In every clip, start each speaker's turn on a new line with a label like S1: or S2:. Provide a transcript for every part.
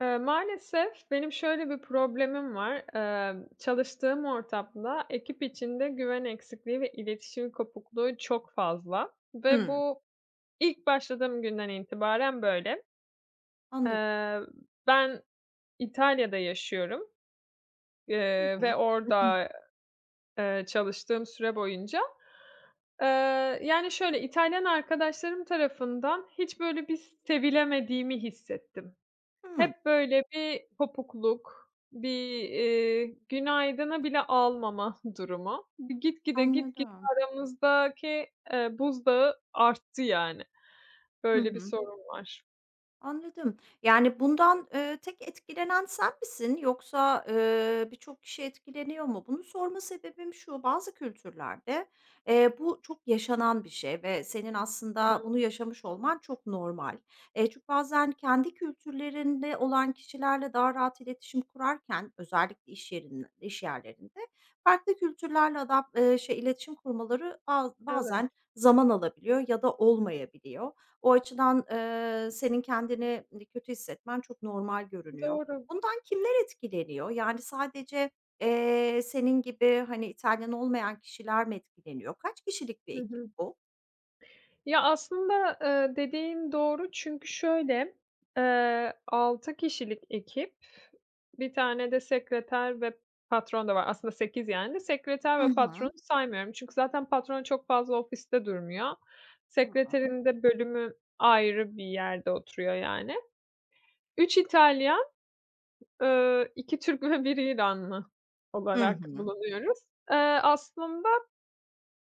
S1: Maalesef benim şöyle bir problemim var. Çalıştığım ortamda ekip içinde güven eksikliği ve iletişim kopukluğu çok fazla ve
S2: Hımm.
S1: bu ilk başladığım günden itibaren böyle.
S2: Anladım.
S1: Eee, Ben İtalya'da yaşıyorum,
S2: Hı
S1: ve
S2: hı.
S1: orada, çalıştığım süre boyunca, eee, yani şöyle İtalyan arkadaşlarım tarafından hiç böyle bir sevilemediğimi hissettim.
S2: Hımm.
S1: Hep böyle bir kopukluk, bir, günaydını bile almama durumu. Bir gitgide
S2: Anladım.
S1: aramızdaki, buzdağı arttı yani.
S2: Hı
S1: Böyle bir
S2: hı.
S1: sorun var.
S2: Anladım. Yani, bundan, tek etkilenen sen misin yoksa, birçok kişi etkileniyor mu? Bunu sorma sebebim şu, bazı kültürlerde, bu çok yaşanan bir şey ve senin
S1: Hı
S2: aslında
S1: hı.
S2: bunu yaşamış olman çok normal. Çünkü bazen kendi kültürlerinde olan kişilerle daha rahat iletişim kurarken özellikle iş yerlerinde farklı kültürlerle iletişim kurmaları baz
S1: Evet,
S2: bazen zaman alabiliyor ya da olmayabiliyor. O açıdan, senin kendini kötü hissetmen çok normal görünüyor.
S1: doğru.
S2: Bundan kimler etkileniyor? Yani sadece, senin gibi, hani, İtalyan olmayan kişiler mi etkileniyor? Kaç kişilik bir
S1: Hı
S2: ekip
S1: hı.
S2: bu?
S1: Ya, aslında, dediğin doğru çünkü şöyle, 6 kişilik ekip. Bir tane de sekreter ve patron da var. Aslında 8 yani. Sekreter
S2: Hı
S1: ve patronu
S2: hı.
S1: saymıyorum. Çünkü zaten patron çok fazla ofiste durmuyor.
S2: Tamam.
S1: Sekreterin de bölümü ayrı bir yerde oturuyor yani. Üç İtalyan, 2 Türk ve bir İranlı
S2: Hı
S1: olarak
S2: hı.
S1: bulunuyoruz. Eee, Aslında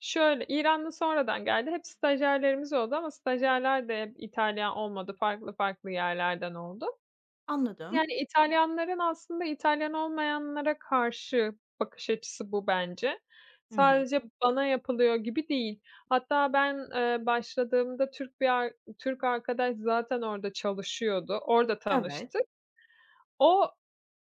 S1: şöyle, İranlı sonradan geldi. Hep stajyerlerimiz oldu ama stajyerler de hep İtalyan olmadı. Farklı farklı yerlerden oldu.
S2: Anladım.
S1: Yani, İtalyanların aslında İtalyan olmayanlara karşı bakış açısı bu bence.
S2: Hı hı.
S1: Sadece bana yapılıyor gibi değil. Hatta ben, başladığımda Türk bir Türk arkadaş zaten orada çalışıyordu. Orada
S2: Evet.
S1: tanıştık. O,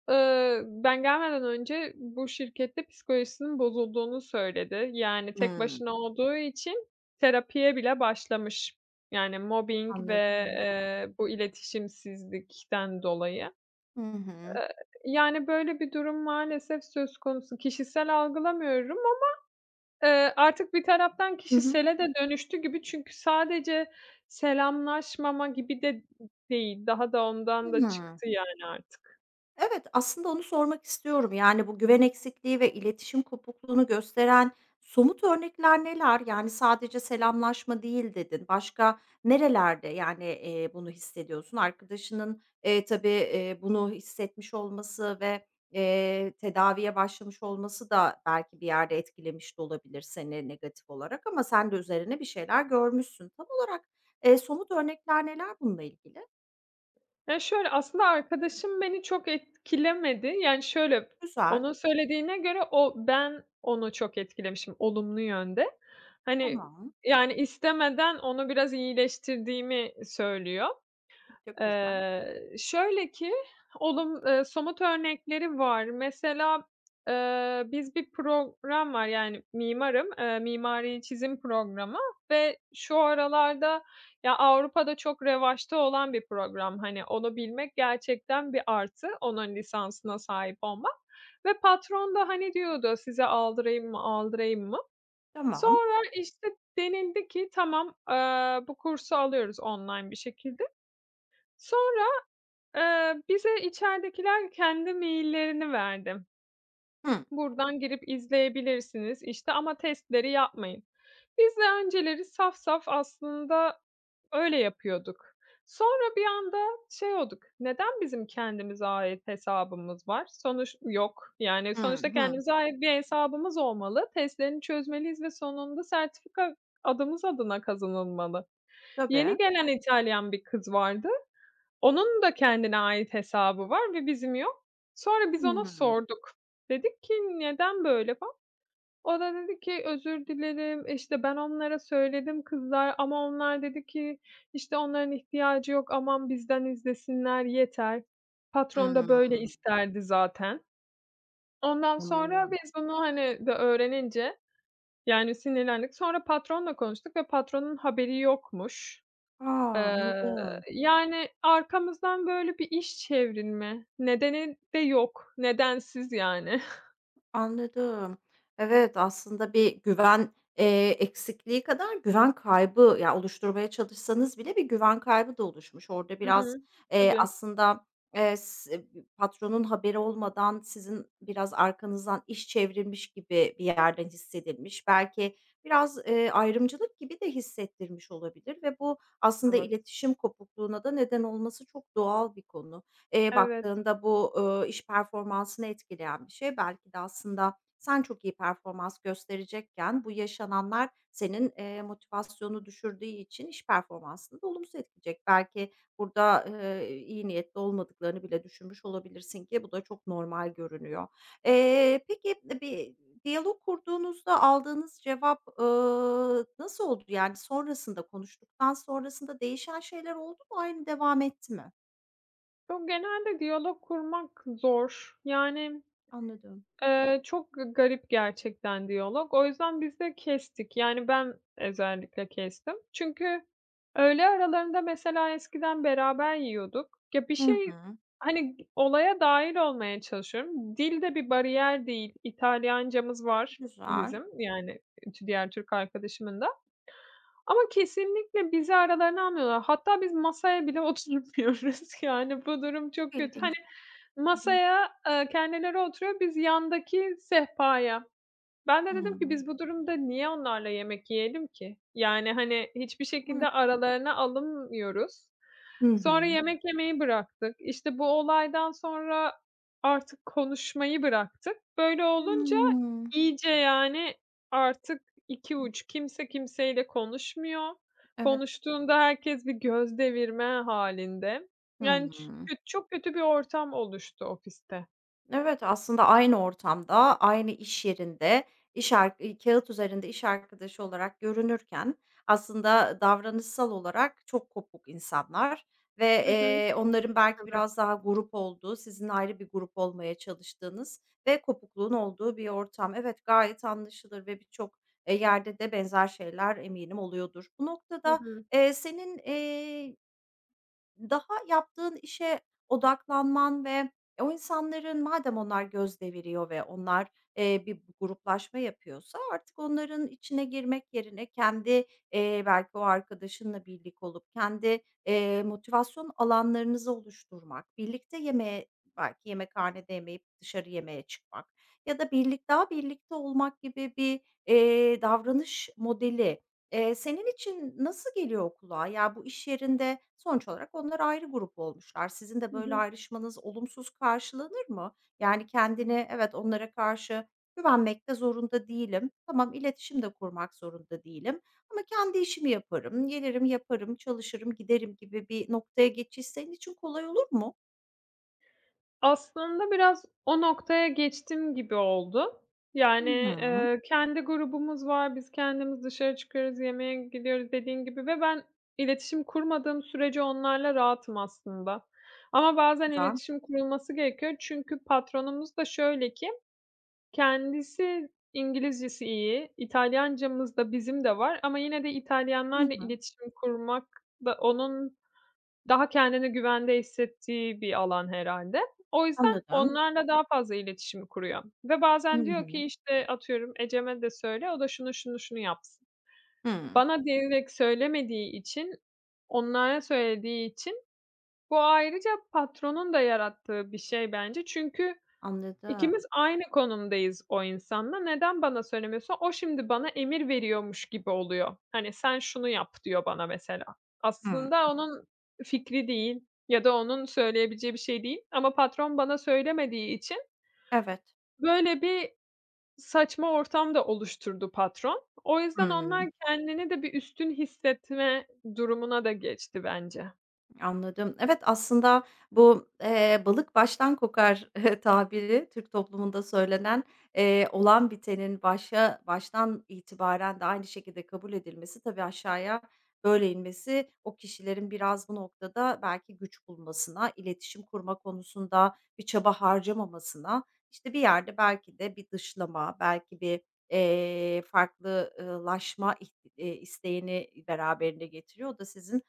S1: ben gelmeden önce bu şirkette psikolojisinin bozulduğunu söyledi. Yani, tek
S2: Hımm.
S1: başına olduğu için terapiye bile başlamış. Yani, mobbing ve,
S2: Anladım.
S1: bu iletişimsizlikten dolayı.
S2: Hı hı.
S1: Eee, Yani, böyle bir durum maalesef söz konusu. Kişisel algılamıyorum ama, artık bir taraftan
S2: Hı hı.
S1: kişisele de dönüştü gibi çünkü sadece selamlaşmama gibi de değil, daha da ondan da
S2: Hımm.
S1: çıktı, yani, artık.
S2: Evet, aslında onu sormak istiyorum. Yani, bu güven eksikliği ve iletişim kopukluğunu gösteren somut örnekler neler? Yani, sadece "selamlaşma" değil dedin. Başka nerelerde, yani, bunu hissediyorsun? Arkadaşının, tabii, bunu hissetmiş olması ve, tedaviye başlamış olması da belki bir yerde etkilemiş de olabilir seni negatif olarak ama sen de üzerine bir şeyler görmüşsün. Tam olarak, somut örnekler neler bununla ilgili?
S1: Ya, şöyle, aslında arkadaşım beni çok etkilemedi. Yani, şöyle,
S2: Güzel,
S1: onun söylediğine göre o ben onu çok etkilemişim olumlu yönde. Hani,
S2: tamam.
S1: yani, istemeden onu biraz iyileştirdiğimi söylüyor.
S2: Çok güzel.
S1: Şöyle ki, olum somut örnekleri var. Mesela, biz bir program var, yani mimarım, mimari çizim programı ve şu aralarda ya, Avrupa'da çok revaçta olan bir program. Hani, onu bilmek gerçekten bir artı, onun lisansına sahip olmak ve patron da, hani, diyordu, "Size aldırayım mı, aldırayım mı?"
S2: Tamam.
S1: Sonra, işte, denildi ki, "Tamam, bu kursu alıyoruz online bir şekilde." Sonra, bize içeridekiler kendi maillerini verdi.
S2: Hı.
S1: "Buradan girip izleyebilirsiniz." işte, "Ama testleri yapmayın." Biz de önceleri saf saf aslında öyle yapıyorduk. Sonra bir anda şey olduk, "Neden bizim kendimize ait hesabımız var? Sonuç yok." Yani,
S2: Hı
S1: sonuçta
S2: hı.
S1: kendimize ait bir hesabımız olmalı. Testlerini çözmeliyiz ve sonunda sertifika adımız adına kazanılmalı. Yeni
S2: Tabii.
S1: gelen İtalyan bir kız vardı. Onun da kendine ait hesabı var ve bizim yok. Sonra biz ona
S2: Hımm.
S1: sorduk. Dedik ki, "Neden böyle?" falan. O da dedi ki, "Özür dilerim, işte, ben onlara söyledim kızlar ama onlar dedi ki, işte, onların ihtiyacı yok, aman bizden izlesinler yeter. Patron da böyle
S2: Hımm.
S1: isterdi zaten." Ondan sonra
S2: Anladım.
S1: biz bunu, hani, de öğrenince, yani, sinirlendik. Sonra patronla konuştuk ve patronun haberi yokmuş.
S2: A!
S1: Eee,
S2: Anladım.
S1: Yani, arkamızdan böyle bir iş çevrilme, nedeni de yok. Nedensiz yani.
S2: Anladım. Evet, aslında bir güven, eksikliği kadar güven kaybı, ya, oluşturmaya çalışsanız bile bir güven kaybı da oluşmuş. Orada
S1: Hı
S2: biraz,
S1: hı. Tabii.
S2: aslında, eee, s patronun haberi olmadan sizin biraz arkanızdan iş çevrilmiş gibi bir yerden hissedilmiş. Belki biraz, ayrımcılık gibi de hissettirmiş olabilir ve bu aslında
S1: Evet.
S2: iletişim kopukluğuna da neden olması çok doğal bir konu.
S1: Evet.
S2: Baktığında bu, iş performansını etkileyen bir şey. Belki de aslında sen çok iyi performans gösterecekken bu yaşananlar senin, motivasyonunu düşürdüğü için iş performansını da olumsuz etkileyecek. Belki burada, iyi niyetli olmadıklarını bile düşünmüş olabilirsin ki bu da çok normal görünüyor. Peki, bir diyalog kurduğunuzda aldığınız cevap, nasıl oldu? Yani sonrasında konuştuktan sonrasında değişen şeyler oldu mu? Aynı devam etti mi?
S1: Yo, genelde diyalog kurmak zor. Yani.
S2: Anladım.
S1: Çok garip gerçekten diyalog. O yüzden biz de kestik. Yani ben özellikle kestim. Çünkü öğle aralarında mesela eskiden beraber yiyorduk. Ya, bir
S2: Hı
S1: şey,
S2: hı.
S1: hani, olaya dâhil olmaya çalışıyorum. Dil de bir bariyer değil. İtalyancamız var
S2: Güzel.
S1: bizim, yani, diğer Türk arkadaşımın da. Ama kesinlikle bizi aralarına almıyorlar. Hatta biz masaya bile oturmuyoruz. Yani bu durum
S2: Çok
S1: çok kötü. Hani
S2: ilginç. Hı hı.
S1: masaya, kendileri oturuyor, biz yandaki sehpaya. Ben de dedim ki
S2: Hımm.
S1: biz bu durumda niye onlarla yemek yiyelim ki? Yani, hani, hiçbir şekilde
S2: Evet.
S1: aralarına alınmıyoruz.
S2: Hı hı.
S1: Sonra yemek yemeyi bıraktık. İşte, bu olaydan sonra artık konuşmayı bıraktık. Böyle olunca
S2: Hımm.
S1: iyice, yani, artık 2 uç. Kimse kimseyle konuşmuyor.
S2: Evet.
S1: Konuştuğunda herkes bir göz devirme hâlinde. Yani, ç
S2: Hımm.
S1: kö çok kötü bir ortam oluştu ofiste.
S2: Evet, aslında aynı ortamda, aynı iş yerinde, iş ar kâğıt üzerinde iş arkadaşı olarak görünürken aslında davranışsal olarak çok kopuk insanlar ve,
S1: Hı hı.
S2: onların belki
S1: Evet.
S2: biraz daha grup olduğu, sizin ayrı bir grup olmaya çalıştığınız ve kopukluğun olduğu bir ortam. Evet, gayet anlaşılır ve birçok, yerde de benzer şeyler eminim oluyordur. Bu
S1: Hı
S2: noktada,
S1: hı.
S2: senin, daha yaptığın işe odaklanman ve o insanların madem onlar göz deviriyor ve onlar, bir gruplaşma yapıyorsa artık onların içine girmek yerine kendi, belki o arkadaşınla birlik olup kendi, motivasyon alanlarınızı oluşturmak, birlikte yemeğe belki yemekhanede yemeyip dışarı yemeğe çıkmak ya da daha birlikte olmak gibi bir, davranış modeli. Senin için nasıl geliyor kulağa? Ya, bu iş yerinde sonuç olarak onlar ayrı grup olmuşlar. Sizin de
S1: Hı
S2: böyle
S1: hı.
S2: ayrışmanız olumsuz karşılanır mı? Yani kendini, "Evet, onlara karşı güvenmek de zorunda değilim. Tamam, iletişim de kurmak zorunda değilim ama kendi işimi yaparım, gelirim, yaparım, çalışırım, giderim." gibi bir noktaya geçiş senin için kolay olur mu?
S1: Aslında biraz o noktaya geçtim gibi oldu. Yani,
S2: Hı hı.
S1: kendi grubumuz var, biz kendimiz dışarı çıkıyoruz, yemeğe gidiyoruz dediğin gibi ve ben iletişim kurmadığım sürece onlarla rahatım aslında. Ama bazen
S2: Güzel.
S1: iletişim kurulması gerekiyor çünkü patronumuz da şöyle ki, kendisi İngilizcesi iyi, İtalyancamız da bizim de var ama yine de
S2: Hı
S1: İtalyanlarla
S2: hı.
S1: iletişim kurmak da onun daha kendini güvende hissettiği bir alan herhâlde. O yüzden
S2: Anladım.
S1: onlarla daha fazla iletişimi kuruyor ve
S2: Hı
S1: bazen diyor ki,
S2: hı.
S1: işte, atıyorum, Ecem'e de söyle, o da şunu, şunu, şunu yapsın.
S2: Hımm.
S1: Bana direkt söylemediği için, onlara söylediği için bu ayrıca patronun da yarattığı bir şey bence. Çünkü
S2: Anladım.
S1: İkimiz aynı konumdayız o insanla. Neden bana söylemiyorsa o şimdi bana emir veriyormuş gibi oluyor. Hani, "Sen şunu yap." diyor bana mesela.
S2: Hımm.
S1: Aslında onun fikri değil ya da onun söyleyebileceği bir şey değil ama patron bana söylemediği için
S2: Evet.
S1: böyle bir saçma ortam da oluşturdu patron. O yüzden onlar
S2: Hımm.
S1: kendini de bir üstün hissetme durumuna da geçti bence.
S2: Anladım. Evet, aslında bu, "balık baştan kokar" tabiri Türk toplumunda söylenen, olan bitenin başa baştan itibaren de aynı şekilde kabul edilmesi, tabii aşağıya böyle inmesi o kişilerin biraz bu noktada belki güç bulmasına, iletişim kurma konusunda bir çaba harcamamasına, işte, bir yerde belki de bir dışlama, belki bir, farklı iht isteğini beraberinde getiriyor. O da sizin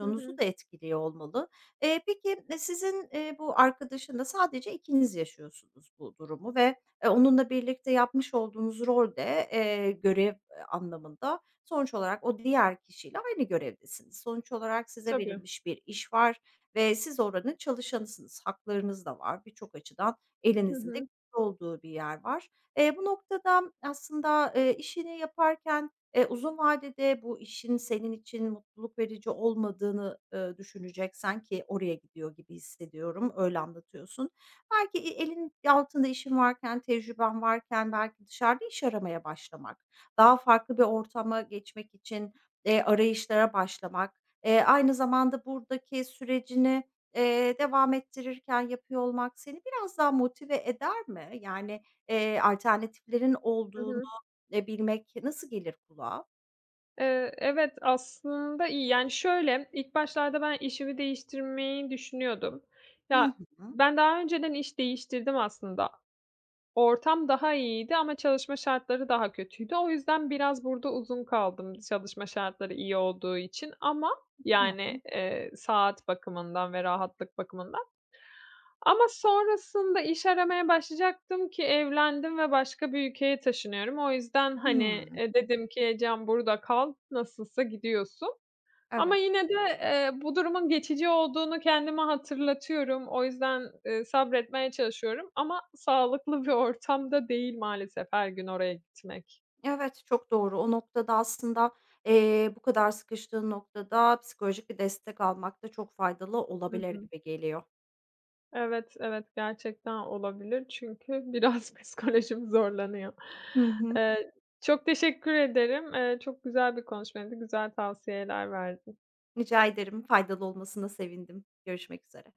S1: Hı hı.
S2: da etkiliyor olmalı. Peki, sizin, bu arkadaşınla sadece ikiniz yaşıyorsunuz bu durumu ve, onunla birlikte yapmış olduğunuz rolde de, görev, anlamında sonuç olarak o diğer kişiyle aynı görevdesiniz. Sonuç olarak size
S1: Tabii.
S2: verilmiş bir iş var ve siz oranın çalışanısınız. Haklarınız da var. Birçok açıdan
S1: Hı
S2: elinizin de
S1: hı.
S2: güçlü olduğu bir yer var. Bu noktada aslında, işini yaparken uzun vadede bu işin senin için mutluluk verici olmadığını, düşüneceksen ki oraya gidiyor gibi hissediyorum, öyle anlatıyorsun. Belki elin altında işin varken, tecrüben varken belki dışarıda iş aramaya başlamak, daha farklı bir ortama geçmek için, arayışlara başlamak, aynı zamanda buradaki sürecini, devam ettirirken yapıyor olmak seni biraz daha motive eder mi? Yani, alternatiflerin
S1: Hı
S2: olduğunu,
S1: hı.
S2: bilmek nasıl gelir kulağa?
S1: Evet, aslında iyi. Yani, şöyle, ilk başlarda ben işimi değiştirmeyi düşünüyordum.
S2: Hı
S1: Ya,
S2: hı.
S1: ben daha önceden iş değiştirdim aslında. Ortam daha iyiydi ama çalışma şartları daha kötüydü. O yüzden biraz burada uzun kaldım çalışma şartları iyi olduğu için ama,
S2: Tamam.
S1: yani, saat bakımından ve rahatlık bakımından. Ama sonrasında iş aramaya başlayacaktım ki evlendim ve başka bir ülkeye taşınıyorum. O yüzden, hani,
S2: Hımm.
S1: dedim ki "Ecem, burada kal, nasılsa gidiyorsun." Ama
S2: Evet.
S1: yine de, bu durumun geçici olduğunu kendime hatırlatıyorum. O yüzden, sabretmeye çalışıyorum ama sağlıklı bir ortam da değil maalesef her gün oraya gitmek.
S2: Evet, çok doğru. O noktada aslında, bu kadar sıkıştığın noktada psikolojik bir destek almak da çok faydalı olabilir
S1: Hı.
S2: gibi geliyor.
S1: Evet, evet, gerçekten olabilir çünkü biraz psikolojim zorlanıyor.
S2: Hı hı.
S1: Eee, Çok teşekkür ederim. Çok güzel bir konuşmaydı, güzel tavsiyeler verdin.
S2: Rica ederim. Faydalı olmasına sevindim. Görüşmek üzere.